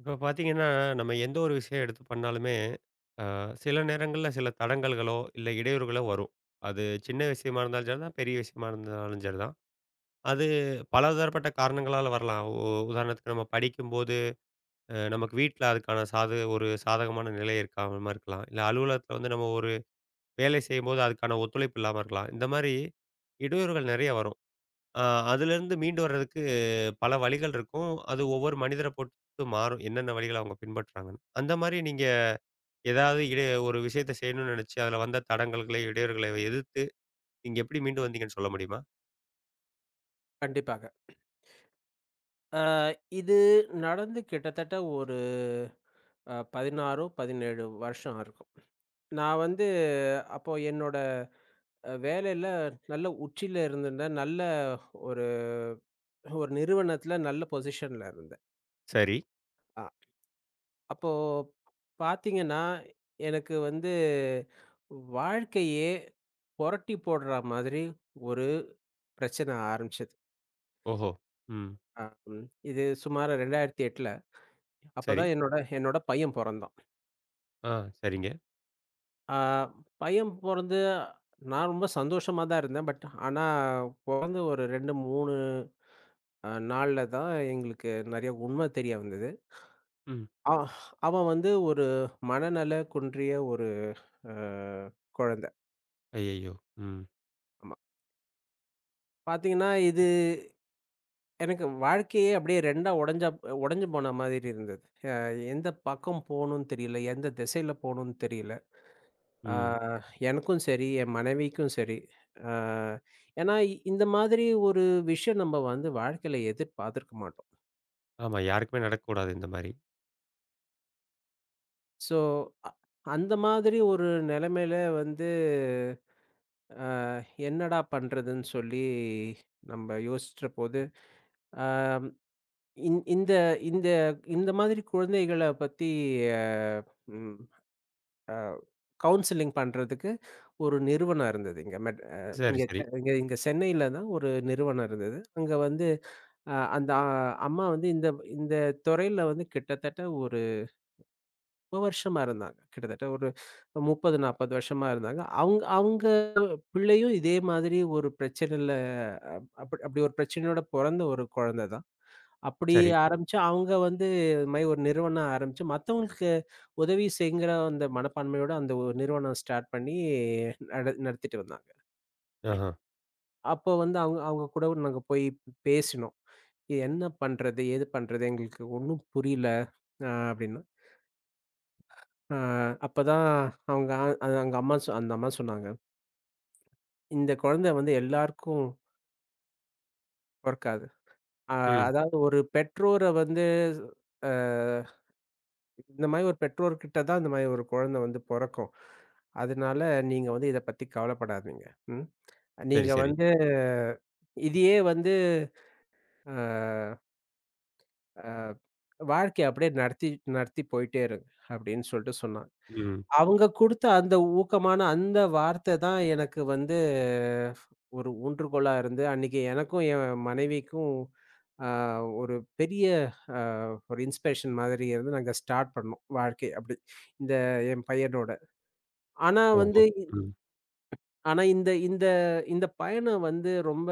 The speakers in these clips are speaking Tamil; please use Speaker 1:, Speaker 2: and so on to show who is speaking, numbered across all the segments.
Speaker 1: இப்ப பார்த்தீங்கன்னா, நம்ம எந்த ஒரு விஷயம் எடுத்து பண்ணாலுமே, அ சில நேரங்கள்ல சில தடங்கல்களோ, இல்ல இடையூறுகளோ வரும். அது சின்ன விஷயமா இருந்தாலும் சரிதான், பெரிய விஷயமா இருந்தாலும் சரிதான். அது பலதரப்பட்ட காரணங்களால வரலாம். உதாரணத்துக்கு நம்ம படிக்கும்போது, நமக்கு வீட்ல அதுக்கான ஒரு சாதகமான நிலை இருக்காம இருக்கலாம். இல்ல அலுவலகத்துல வந்து நம்ம ஒரு வேலை செய்யும்போது அதுக்கான ஒத்துழைப்பு இல்லாம இருக்கலாம். இந்த மாரி இடையூறுகள் நெறைய வரும். ஆ அதுலேருந்து மீண்டு வர்றதுக்கு பல வழிகள் இருக்கும். அது ஒவ்வொரு மனிதர பொறுத்து மாறும். என்னென்ன வழிகள அவங்க பின்பற்றாங்கன்னு. அந்த மாரி நீங்க ஏதாவது ஒரு விஷயத்த செய்யணும்னு நெனச்சு, அதுல வந்த தடங்கல்களை, இடையூறுகளை எதிர்த்து நீங்க எப்படி மீண்டு வந்தீங்கன்னு சொல்ல முடியுமா?
Speaker 2: கண்டிப்பாக. அ இது நடந்து கிட்டத்தட்ட ஒரு 16, 17 வருஷம் இருக்கும். நான் வந்து அப்போ என்னோட வேலையில நல்ல உச்சியில இருந்திருந்தேன். நல்ல ஒரு ஒரு நிறுவனத்தில நல்ல பொசிஷன்ல இருந்தேன்.
Speaker 1: சரி.
Speaker 2: அ அப்போ பார்த்தீங்கன்னா, எனக்கு வந்து வாழ்க்கையே புரட்டி போடுற மாதிரி ஒரு பிரச்சனை ஆரம்பிச்சது.
Speaker 1: ஓஹோ! ம்.
Speaker 2: அ ம் இது சுமார் 2008ல.
Speaker 1: சரி.
Speaker 2: அப்பதான் என்னோட என்னோட பையன் பொறந்தான்.
Speaker 1: ஆ சரிங்க.
Speaker 2: ஆ, பையன் பொறந்து நான் ரொம்ப சந்தோஷமா தான் இருந்தேன். பட் ஆனா, பொறந்து ஒரு 2, 3 நாள்ல தான் எங்களுக்கு நெறைய உண்ம தெரிய வந்தது.
Speaker 1: ம்.
Speaker 2: அ அவன் வந்து ஒரு மனநல குன்றிய ஒரு அ குழந்தை.
Speaker 1: ஐயய்யோ! ம்.
Speaker 2: ஆமா. பாத்தீங்கன்னா, இது எனக்கு வாழ்க்கையே அப்படியே 2ஆ உடைஞ்சு போன மாதிரி இருந்தது. அ எந்த பக்கம் போணும்னு தெரியல, எந்த திசையில போணும்னு தெரியல. ஆ
Speaker 1: ம்.
Speaker 2: எனக்கும் சரி, என் மனைவிக்கும் சரி. ஆ ஏன்னா இந்த மாதிரி ஒரு விஷயம் நம்ம வந்து வாழ்க்கையில எதிர்பார்த்திருக்க மாட்டோம்.
Speaker 1: ஆமா. யாருக்குமே நடக்கக்கூடாது இந்த மாரி.
Speaker 2: ஸோ, அ அந்த மாதிரி ஒரு நிலைமையில வந்து அ என்னடா பண்றதுன்னு சொல்லி நம்ம யோசிச்சபோது, ஆ இந் இந்த இந்த இந்த மாதிரி குழந்தைகள பத்தி அ ம் கவுன்சிலிங் பண்றதுக்கு ஒரு நிறுவனம் இருந்தது. இங்க மெட் அ
Speaker 1: சரி,
Speaker 2: இங்க
Speaker 1: சரி.
Speaker 2: இங்க இங்க சென்னையில தான் ஒரு நிறுவனம் இருந்தது. அங்க வந்து அ அந்த அ அம்மா வந்து இந்த இந்த துறையில வந்து கிட்டத்தட்ட ஒரு ரொம்ப வருஷமா இருந்தாங்க. கிட்டத்தட்ட ஒரு 30, 40 வருஷமா இருந்தாங்க. அவுங்க அவுங்க பிள்ளையும் இதே மாதிரி ஒரு பிரச்சனையில அ அப் அப்படி அப்படி ஒரு பிரச்சனையோட பொறந்த ஒரு குழந்தை தான். அப்படி
Speaker 1: சரி.
Speaker 2: ஆரம்பிச்சு அவங்க வந்து இது மாரி ஒரு நிறுவனம் ஆரம்பிச்சு, மத்தவங்களுக்கு உதவி செய்யுங்கிற அந்த மனப்பான்மையோட அந்த ஒரு நிறுவனம் ஸ்டார்ட் பண்ணி நடத்திட்டு வந்தாங்க.
Speaker 1: ஆஹா.
Speaker 2: அப்போ வந்து அவங்க அவங்க கூட நாங்க போய் பேசினோம். என்ன பண்றது? ஏது பண்றது? எங்களுக்கு ஒண்ணும் புரியல. அப்டின்னா, அ அப்பதான் அவங்க அது அவங்க அம்மா சொ அந்த அம்மா சொன்னாங்க. இந்த குழந்தை வந்து எல்லாருக்கும் பொறக்காது. அ
Speaker 1: ம்.
Speaker 2: அதாவது ஒரு பெற்றோர வந்து அ இந்த மாரி ஒரு பெற்றோர்கிட்ட தான் இந்த மாரி ஒரு குழந்தை வந்து பொறக்கும். அதனால நீங்க வந்து இத பத்தி கவலைப்படாதீங்க. ம்.
Speaker 1: சரி,
Speaker 2: நீங்க
Speaker 1: சரி.
Speaker 2: வந்து இதையே வந்து அ வாழ்க்கைய அப்படியே நடத்தி நடத்தி போயிட்டே இருங்க அப்படின்னு சொல்லிட்டு சொன்னாங்க.
Speaker 1: ம்.
Speaker 2: அவங்க குடுத்த அந்த ஊக்கமான அந்த வார்த்தை தான் எனக்கு வந்து ஒரு ஊன்றுகோலா இருந்து, அன்னைக்கு எனக்கும் என் மனைவிக்கும் அ ஒரு பெரிய அ ஒரு இன்ஸ்பிரேஷன் மாதிரி இருந்து நாங்க ஸ்டார்ட் பண்ணோம். வாழ்க்கை அப்படி. இந்த என் பையனோட. ஆனா
Speaker 1: ஓஹோ!
Speaker 2: வந்து இ-
Speaker 1: ம்.
Speaker 2: ஆனா இந்த இந்த இந்த பயணம் வந்து ரொம்ப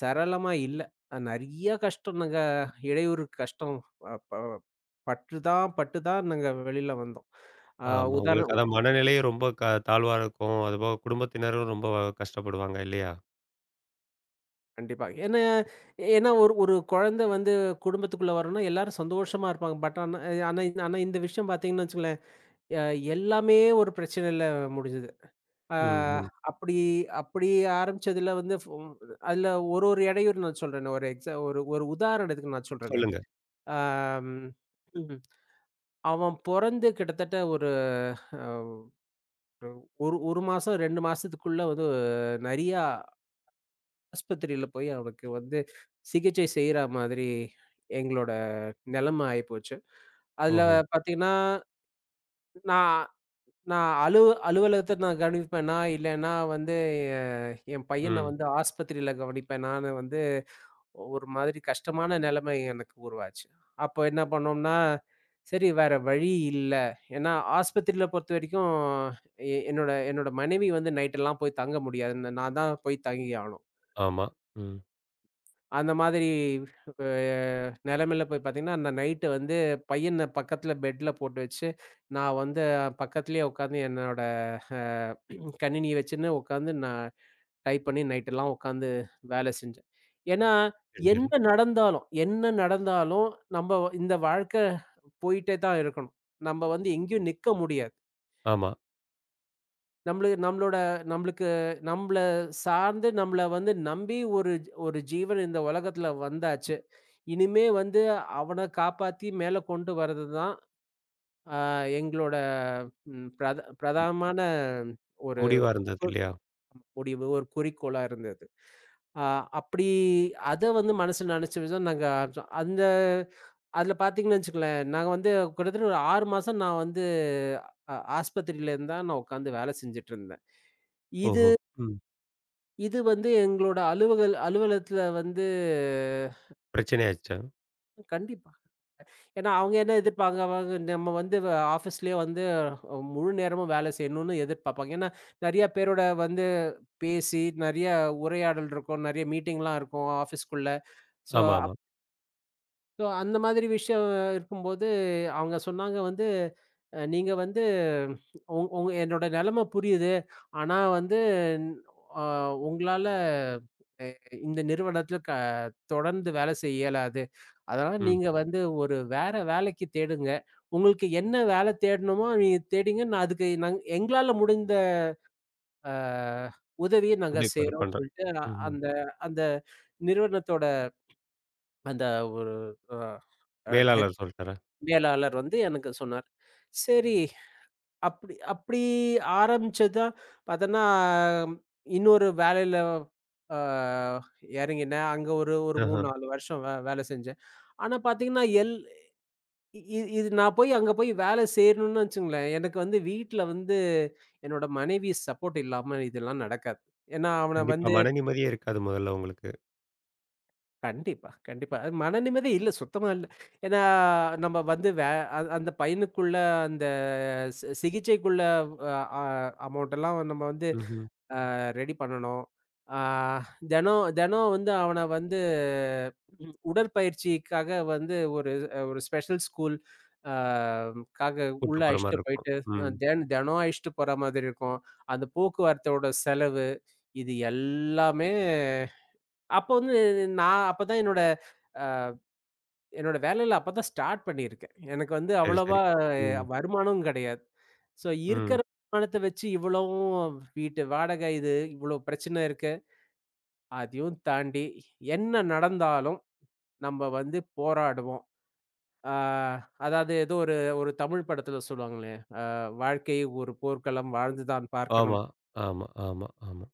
Speaker 2: சரளமா இல்ல. நெறைய கஷ்டம் நாங்க இடையூறு கஷ்டம் ப ப பட்டு தான் நாங்க வெளில வந்தோம். அ
Speaker 1: ஆமா.
Speaker 2: உதாரண
Speaker 1: உங்களுக்கு அதான் மனநிலையும் ரொம்ப க தாழ்வா இருக்கும். அதுபோக குடும்பத்தினரும் ரொம்ப கஷ்டப்படுவாங்க இல்லையா?
Speaker 2: கண்டிப்பா. ஏன்னா ஏன்னா ஒரு ஒரு குழந்த வந்து குடும்பத்துக்குள்ள வரணும்னா, எல்லாரும் சந்தோஷமா இருப்பாங்க. பட் ஆனா ஆனா இந்த விஷயம் பார்த்தீங்கன்னு வச்சுக்கோங்களேன், அ எல்லாமே ஒரு பிரச்சனையில முடிஞ்சுது. ஆ
Speaker 1: ம்,
Speaker 2: ம்.
Speaker 1: ம்.
Speaker 2: அப்படி அப்படி ஆரம்பிச்சதுல வந்து ஃபு அதுல ஒரு ஒரு இடையூறு நான் சொல்றேனே, ஒரு எக்ஸா ஒரு ஒரு உதாரணத்துக்கு நான் சொல்றேனே.
Speaker 1: சொல்லுங்க.
Speaker 2: ஆம், ம். அவன் பொறந்து கிட்டத்தட்ட ஒரு அ ஒரு 1 மாசம், 2 மாசத்துக்குள்ள வந்து நெறையா ஆஸ்பத்திரியில போய் அவனுக்கு வந்து சிகிச்சை செய்ற மாதிரி எங்களோட நெலைம ஆயிப்போச்சு. அதுல
Speaker 1: ஓஹோ!
Speaker 2: பாத்தீங்கன்னா, நான் நான் அலுவ அலுவலகத்த நான் கவனிப்பேனா, இல்லன்னா வந்து எ என் பையன
Speaker 1: ம்.
Speaker 2: வந்து ஆஸ்பத்திரியில கவனிப்பேனான்னு வந்து ஒரு மாதிரி கஷ்டமான நெலைமை எனக்கு உருவாச்சு. அப்போ என்ன பண்ணோம்னா, சரி வேற வழி இல்ல. ஏன்னா ஆஸ்பத்திரியில பொறுத்தவரைக்கும் எ என்னோட என்னோட மனைவி வந்து நைட்டெல்லாம் போய் தங்க முடியாது. நான் தான் போய் தங்கி ஆகணும்.
Speaker 1: ஆமா. ம்.
Speaker 2: அந்த மாதிரி அ நெலைமையில போய் பார்த்தீங்கன்னா, அந்த நைட்டு வந்து பையன பக்கத்துல பெட்ல போட்டு வச்சு, நான் வந்து பக்கத்துலயே உட்காந்து என்னோட அ கணினிய வச்சுன்னு உட்காந்து நான் டைப் பண்ணி நைட்டெல்லாம் உட்காந்து வேலை செஞ்சேன். ஏன்னா,
Speaker 1: சரி, சரி.
Speaker 2: என்ன நடந்தாலும் என்ன நடந்தாலும் நம்ப இந்த வாழ்க்கை போயிட்டே தான் இருக்கணும். நம்ப வந்து எங்கேயும் நிக்க முடியாது.
Speaker 1: ஆமா.
Speaker 2: நம்மளு நம்மளோட நம்மளுக்கு நம்மள சார்ந்து நம்மள வந்து நம்பி ஒரு ஒரு ஜீவன் இந்த உலகத்துல வந்தாச்சு. இனிமே வந்து அவன காப்பாத்தி மேல கொண்டு வரதுதான், அ எங்களோட ம் பிரத
Speaker 1: மு
Speaker 2: பிரதானமான ஒரு
Speaker 1: முடிவா இருந்தது
Speaker 2: ஒ
Speaker 1: இல்லையா?
Speaker 2: முடிவு, ஒரு குறிக்கோளா இருந்தது. அ அப்படி அத வந்து மனசுல நெனச்ச விதம் நாங்க ஆரம்பிச்சோம். அதுல பாத்தீங்கன்னு வச்சுக்கங்களேன், நாங்க வந்து கிட்டத்தட்ட ஒரு 6 மாசம் நான் வந்து ஆஸ்பத்திரியில இருந்தா நான் உட்காந்து வேலை செஞ்சுட்டுருந்தேன். இது
Speaker 1: ஓஹோ! ம்.
Speaker 2: இது வந்து எங்களோட அலுவலகத்துல வந்து
Speaker 1: பிரச்சனை ஆயிருச்சா?
Speaker 2: கண்டிப்பா. ஏன்னா, அவங்க என்ன எதிர்ப்பாங்க அவங்க நம்ம வந்து ஆஃபீஸ்லயே வந்து முழு நேரமும் வேலை செய்யணும்னு எதிர்பார்ப்பாங்க. ஏன்னா, நெறைய பேரோட வந்து பேசி, நெறைய உரையாடல் இருக்கும். நெறைய மீட்டிங்லாம் இருக்கும் ஆஃபீஸ்க்குள்ள. ஸோ
Speaker 1: ஆமா, ஆமா.
Speaker 2: ஸோ அந்த மாதிரி விஷயம் இருக்கும்போது, அவங்க சொன்னாங்க வந்து, "நீங்க வந்து உங் உங்க என்னோட நெலைமை புரியுது. ஆனா வந்து அ உங்களால அ இந்த நிறுவனத்தில தொடர்ந்து வேலை செய்ய இயலாது. அதனால
Speaker 1: ம்.
Speaker 2: நீங்க வந்து ஒரு வேற வேலைக்கு தேடுங்க. உங்களுக்கு என்ன வேலை தேடணுமோ நீங்க தேடிங்க. நான் அதுக்கு எங்களால முடிந்த அ உதவிய நாங்க
Speaker 1: உதவி பண்
Speaker 2: செய்றோம்னு"
Speaker 1: பண்றேன்.
Speaker 2: சொல்லிட்டு அ-
Speaker 1: ம்ஹ்ம்.
Speaker 2: அந்த அந்த நிறுவனத்தோட அந்த ஒரு அ அ
Speaker 1: மேலாளர் சொல்ட்டாரா?
Speaker 2: மேலாளர் வந்து எனக்கு சொன்னார். சரி, அப்படி அப்படி ஆரம்பிச்சது தான் பார்த்தோன்னா, இன்னொரு வேலையில அ இறங்கினேன். அங்க ஒரு ஒரு
Speaker 1: ஆஹா.
Speaker 2: 3, 4 வருஷம் வேலை செஞ்சேன். ஆனா பார்த்தீங்கன்னா, இது நான் போய் அங்க போய் வேலை செய்யணும்னு வச்சுக்கங்களேன், எனக்கு வந்து வீட்ல வந்து என்னோட மனைவி சப்போர்ட் இல்லாம இதெல்லாம் நடக்காது. ஏன்னா, அவன
Speaker 1: கண்டிப்பா
Speaker 2: வந்து
Speaker 1: மன நிம்மதியே இருக்காது முதல்ல உங்களுக்கு.
Speaker 2: கண்டிப்பா, கண்டிப்பா. அது மன நிம்மதி இல்ல, சுத்தமா இல்ல. ஏன்னா, நம்ம வந்து வே அ அந்த பையனுக்குள்ள சிகிச்சைக்குள்ள அ அ அமௌண்ட் எல்லாம் நம்ம வந்து
Speaker 1: ம்ஹ்ம்.
Speaker 2: ரெடி பண்ணணும். ஆ தினம் தினம் வந்து அவன வந்து உடற்பயிற்சிக்காக வந்து ஒரு ஒரு ஸ்பெஷல் ஸ்கூல் அ காக
Speaker 1: கூட்டு
Speaker 2: உள்ள
Speaker 1: போற
Speaker 2: அழைச்சுட்டு
Speaker 1: மாரி இருக்கும்.
Speaker 2: போயிட்டு
Speaker 1: ம்.
Speaker 2: தினம் அழைச்சுட்டு போற மாதிரி இருக்கும். அந்த போக்குவரத்தோட செலவு, இது எல்லாமே அப்போ வந்து நான் அப்பதான் என்னோட அ என்னோட வேலையில அப்பதான் ஸ்டார்ட் பண்ணியிருக்கேன். எனக்கு வந்து
Speaker 1: சரி, சரி.
Speaker 2: அவ்வளவா
Speaker 1: ம்,
Speaker 2: வருமானம் கிடையாது. ஸோ
Speaker 1: ம்.
Speaker 2: இருக்கிற வருமானத்த வச்சு இவ்வளவும் வீட்டு வாடகை இது, இவ்வளோ பிரச்சனை இருக்கு. அதையும் தாண்டி என்ன நடந்தாலும் நம்ம வந்து போராடுவோம். ஆ அதாவது ஏதோ ஒரு ஒரு தமிழ் படத்துல சொல்லுவாங்களே, "வாழ்க்கை ஒரு போர்க்களம் வாழ்ந்துதான் பார்க்கணும்."
Speaker 1: ஆமா, ஆமா, ஆமா, ஆமா.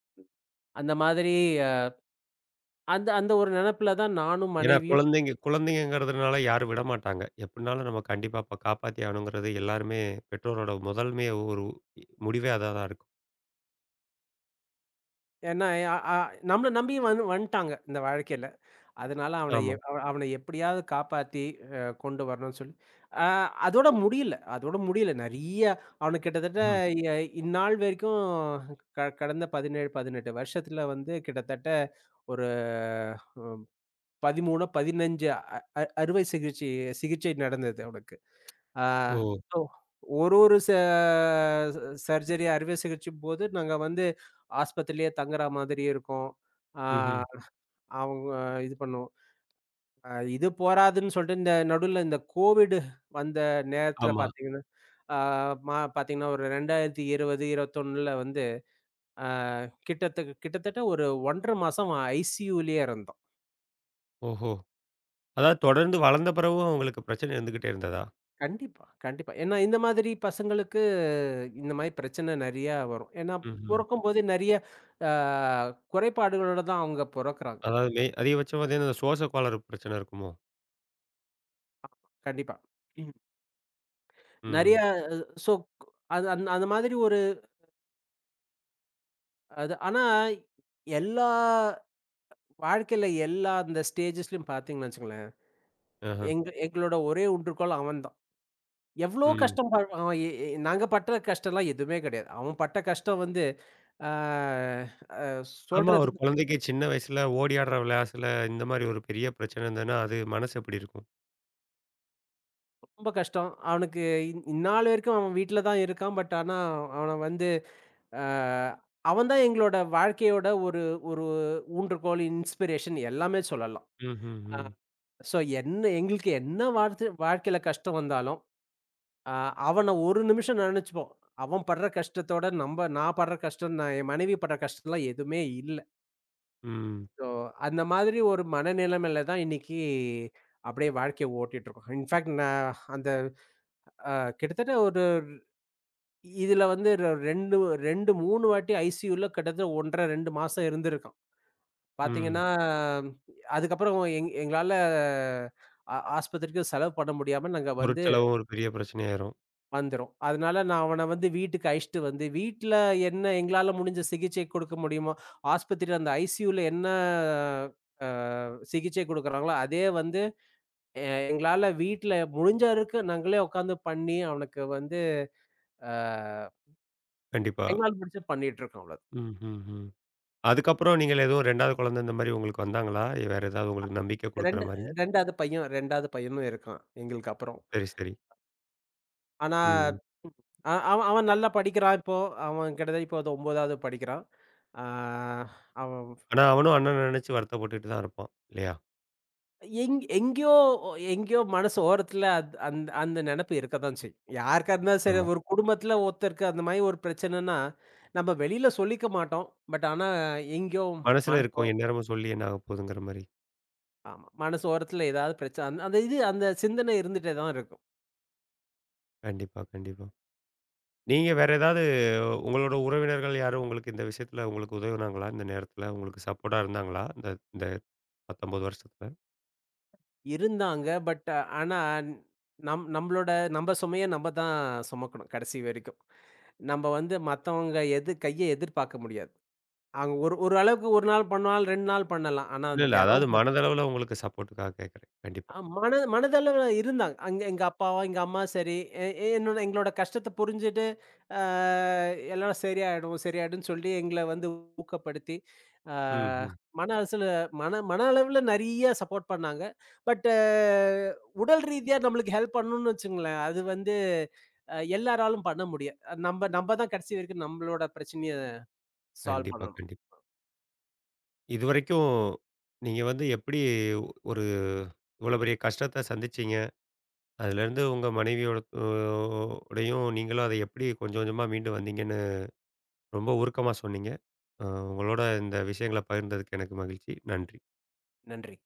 Speaker 2: அந்த மாதிரி அ அந்த அந்த ஒரு நெனப்புல தான் நானும்
Speaker 1: ஏன்னா
Speaker 2: மனைவியும்
Speaker 1: குழந்தைங்க குழந்தைங்கங்கிறதுனால யாரும் விடமாட்டாங்க. எப்டினாலும் நம்ம கண்டிப்பா அப்ப காப்பாத்தி ஆகணுங்கிறது எல்லாருமே பெற்றோரோட முதன்மைய ஒரு முடிவே அதா தான் இருக்கும்.
Speaker 2: ஏன்னா அ அ நம்மள நம்பி வந்து வந்துட்டாங்க இந்த வாழ்க்கையில. அதனால அவன எ
Speaker 1: ஆமா.
Speaker 2: அவ அவன எப்படியாவது காப்பாத்தி கொண்டு வரணும்னு சொல்லி, அ அதோட முடியல. அதோட முடியல. நெறைய அவனுக்கு கிட்டத்தட்ட
Speaker 1: ம்.
Speaker 2: எ இந்நாள் வரைக்கும் கடந்த 17, 18 வருஷத்துல வந்து கிட்டத்தட்ட ஒரு 13, 15 அ அ அறுவை சிகிச்சை சிகிச்சை நடந்தது அவனுக்கு. ஆ
Speaker 1: ஓ!
Speaker 2: ஸோ ஒரு ஒரு ச சர்ஜரி அறுவை சிகிச்சையும்போது நாங்க வந்து ஆஸ்பத்திரியிலேயே தங்குற மாதிரி இருக்கும். ஆ
Speaker 1: ம்ஹ்ம்.
Speaker 2: அவங்க இது பண்ணுவோம். இது போராதுன்னு சொல்லிட்டு இந்த நடுவுல இந்த கோவிட் வந்த நேரத்துல
Speaker 1: ஆமா.
Speaker 2: பார்த்தீங்கன்னா, ஆ மா பார்த்தீங்கன்னா ஒரு 2020, 21ல வந்து அ கிட்டத்தட்ட கிட்டத்தட்ட ஒரு 1 1/2 மாசம் ஐசியூலயே இருந்தோம்.
Speaker 1: ஓஹோ! அதாவது தொடர்ந்து வளர்ந்த பிறகும் அவங்களுக்கு பிரச்சனை இருந்துகிட்டே இருந்ததா?
Speaker 2: கண்டிப்பா, கண்டிப்பா. ஏன்னா இந்த மாதிரி பசங்களுக்கு இந்த மாதிரி பிரச்சனை நெறையா வரும். ஏன்னா
Speaker 1: ம்ஹ்ம்.
Speaker 2: பொறக்கும்போதே நெறைய அ குறைபாடுகளோட தான் அவங்க பொறக்குறாங்க.
Speaker 1: அதாவது அதிகபட்சம் பார்த்தீங்கன்னா, இந்த சுவாச கோளாறு பிரச்சனை இருக்குமோ?
Speaker 2: கண்டிப்பா. ம். நெறைய
Speaker 1: ம்.
Speaker 2: சோ அது அந்த அந்த மாதிரி ஒரு அது ஆனா எல்லா வாழ்க்கையில எல்லா அந்த ஸ்டேஜஸ்லயும் பார்த்தீங்கன்னு வச்சுக்கோங்களேன்,
Speaker 1: ஆஹ.
Speaker 2: எங்களோட ஒரே ஒன்றுக்கோள் அவன்தான். எவ்ளோ
Speaker 1: ம்.
Speaker 2: கஷ்டம் அவன் எ எ நாங்க பட்ட கஷ்டம்லாம் எதுவுமே கிடையாது. அவன் பட்ட கஷ்டம் வந்து ஆ அ
Speaker 1: ஆமா ஒரு
Speaker 2: சொல்றதுக்கு
Speaker 1: குழந்தைக்கு சின்ன வயசுல ஓடி ஆடுற விளையாசுல இந்த மாரி ஒரு பெரிய பிரச்சனை இருந்ததுன்னா, அது மனசு எப்டி இருக்கும்?
Speaker 2: ரொம்ப கஷ்டம். அவனுக்கு இந்நாள் வரைக்கும் அவன் வீட்ல தான் இருக்கான். பட் ஆனா அவன வந்து ஆ அவன் தான் எங்களோட வாழ்க்கையோட ஒரு ஒரு ஊன்றுகோல், இன்ஸ்பிரேஷன் எல்லாமே சொல்லலாம்.
Speaker 1: ம்ஹ்ம்.
Speaker 2: ஆ
Speaker 1: ம்.
Speaker 2: ஸோ என்ன எங்களுக்கு என்ன வாழ்க்கையில கஷ்டம் வந்தாலும் ஆ அவன ஒரு நிமிஷம் நெனச்சுப்போம். அவன் படுற கஷ்டத்தோட நான் படுற கஷ்டம், நான் என் மனைவி படுற கஷ்டம்லாம் எதுவுமே இல்ல.
Speaker 1: ம்.
Speaker 2: ஸோ, அந்த மாதிரி ஒரு மனநிலைமையில தான் இன்னைக்கு அப்படியே வாழ்க்கைய ஓட்டிட்டு இருக்கோம். இன்ஃபாக்ட் நான் அந்த அ கிட்டத்தட்ட ஒரு இதுல வந்து ரெ 2 2, 3 வாட்டி ஐசியூல கிட்டத்தட்ட 1 1/2, 2 மாசம் இருந்திருக்கான்.
Speaker 1: ம்.
Speaker 2: பாத்தீங்கன்னா, அதுக்கப்புறம் எங்களால ஆஸ்பத்திரிக்கு செலவு பண்ண முடியாம நாங்க வந்து
Speaker 1: பொருட்செலவும் ஒரு பெரிய பிரச்சனையாயிரும்.
Speaker 2: வந்துரும். அதனால நான் அவன வந்து வீட்டுக்கு அழைச்சுட்டு வந்து, வீட்ல என்ன எங்களால முடிஞ்ச சிகிச்சை கொடுக்க முடியுமோ, ஆஸ்பத்திரியில அந்த ஐசியூல என்ன அ சிகிச்சை குடுக்குறாங்களோ, அதே வந்து எங்களால வீட்ல முடிஞ்ச வரைக்கும் நாங்களே உட்காந்து பண்ணி, அவனுக்கு வந்து அ
Speaker 1: கண்டிப்பா.
Speaker 2: எங்களால முடிஞ்சது பண்ணிட்டுருக்கோம் அவ்வளோ.
Speaker 1: ம், ம், ம். அதுக்கப்புறம் நீங்க எதுவும் 2வது குழந்தை இந்த மாரி உங்களுக்கு வந்தாங்களா? வேற ஏதாவது உங்களுக்கு நம்பிக்கை குடுக்குற மாரி?
Speaker 2: 2 2வது பையன் 2வது பையனும் இருக்கான் எங்களுக்கு அப்புறம்.
Speaker 1: சரி, சரி.
Speaker 2: ஆனா
Speaker 1: ம்.
Speaker 2: அ அவன் அவன் நல்லா படிக்கிறான் இப்போ. அவன் கிட்டத்தட்ட இப்போ 9வது படிக்கிறான். ஆ அவன்
Speaker 1: ஆனா அவனும் அண்ணன நெனச்சு வருத்தப்பட்டுட்டு தான் இருப்பான். இல்லையா?
Speaker 2: எங் எங்கேயோ எங்கேயோ மனசு ஓரத்துல அத் அந்த அந்த நெனப்பு இருக்கத்தான் செய்யும். யாருக்கா இருந்தாலும் சரி,
Speaker 1: ஆமா.
Speaker 2: ஒரு குடும்பத்துல ஒருத்தருக்கு அந்த மாரி ஒரு பிரச்சனைன்னா, நம்ம வெளியில சொல்லிக்க மாட்டோம். பட் ஆனா எங்கேயோ
Speaker 1: மனசுல
Speaker 2: மனசு ஓ
Speaker 1: இருக்கும். எந்நேரமும் சொல்லி என்ன ஆக போதுங்கிற மாரி.
Speaker 2: ஆமா. மனசு ஓரத்துல ஏதாவது பிரச்சனை அந்த அந்த இது அந்த சிந்தனை இருந்துட்டே தான் இருக்கும்.
Speaker 1: கண்டிப்பா, கண்டிப்பா. நீங்க வேற ஏதாவது உங்களோட உறவினர்கள் யாரும் உங்களுக்கு இந்த விஷயத்துல உங்களுக்கு உதவுனாங்களா? இந்த நேரத்துல உங்களுக்கு சப்போர்ட்டா இருந்தாங்களா? இந்த இந்த 19 வருஷத்துல?
Speaker 2: இருந்தாங்க. பட் ஆனா நம்மளோட நம்ம சுமைய நம்ம தான் சுமக்கணும் கடைசி வரைக்கும். நம்ம வந்து மத்தவங்க எது கைய எதிர்பார்க்க முடியாது. அவங்க ஒரு ஒரு அளவுக்கு 1 நாள் பண்ணுவாங்க, 2 நாள் பண்ணலாம். ஆனா
Speaker 1: இல்ல, இல்ல. அதாவது
Speaker 2: தினம்
Speaker 1: மனதளவுல உங்களுக்கு சப்போர்ட்டுக்காக கேட்கிறேன். கண்டிப்பா.
Speaker 2: அ மன மனதளவுல இருந்தாங்க. அங்க எங்க அப்பாவும், எங்க அம்மா சரி, எ எ- என்னோட எங்களோட கஷ்டத்த புரிஞ்சுட்டு, அ எல்லாம் சரியாயிடும், சரியாயிடும்ன்னு சொல்லி எங்கள வந்து ஊக்கப்படுத்தி, அ
Speaker 1: ம், ம்.
Speaker 2: மன அலசல மன மன அளவுல நெறைய சப்போர்ட் பண்ணாங்க. பட்டு உடல் ரீதியா நம்மளுக்கு ஹெல்ப் பண்ணணும்னு வச்சுக்கங்களேன், அது வந்து எல்லாராலும் பண்ண முடியாது. நம்ப நம்ப தான் கடைசி வரைக்கும் நம்மளோட பிரச்சனைய சால்வ்
Speaker 1: கண்டிப்பா,
Speaker 2: பண்ணணும்.
Speaker 1: கண்டிப்பா. இதுவரைக்கும் நீங்க வந்து எப்படி ஒரு இவ்வளோ பெரிய கஷ்டத்த சந்திச்சீங்க, அதுலேருந்து உங்க மனைவியோட ஓடையும் நீங்களும் அத எப்படி கொஞ்சம் கொஞ்சமா மீண்டு வந்தீங்கன்னு ரொம்ப உருக்கமா சொன்னீங்க. அ உங்களோட இந்த விஷயங்கள பகிர்ந்ததுக்கு எனக்கு மகிழ்ச்சி. நன்றி.
Speaker 2: நன்றி.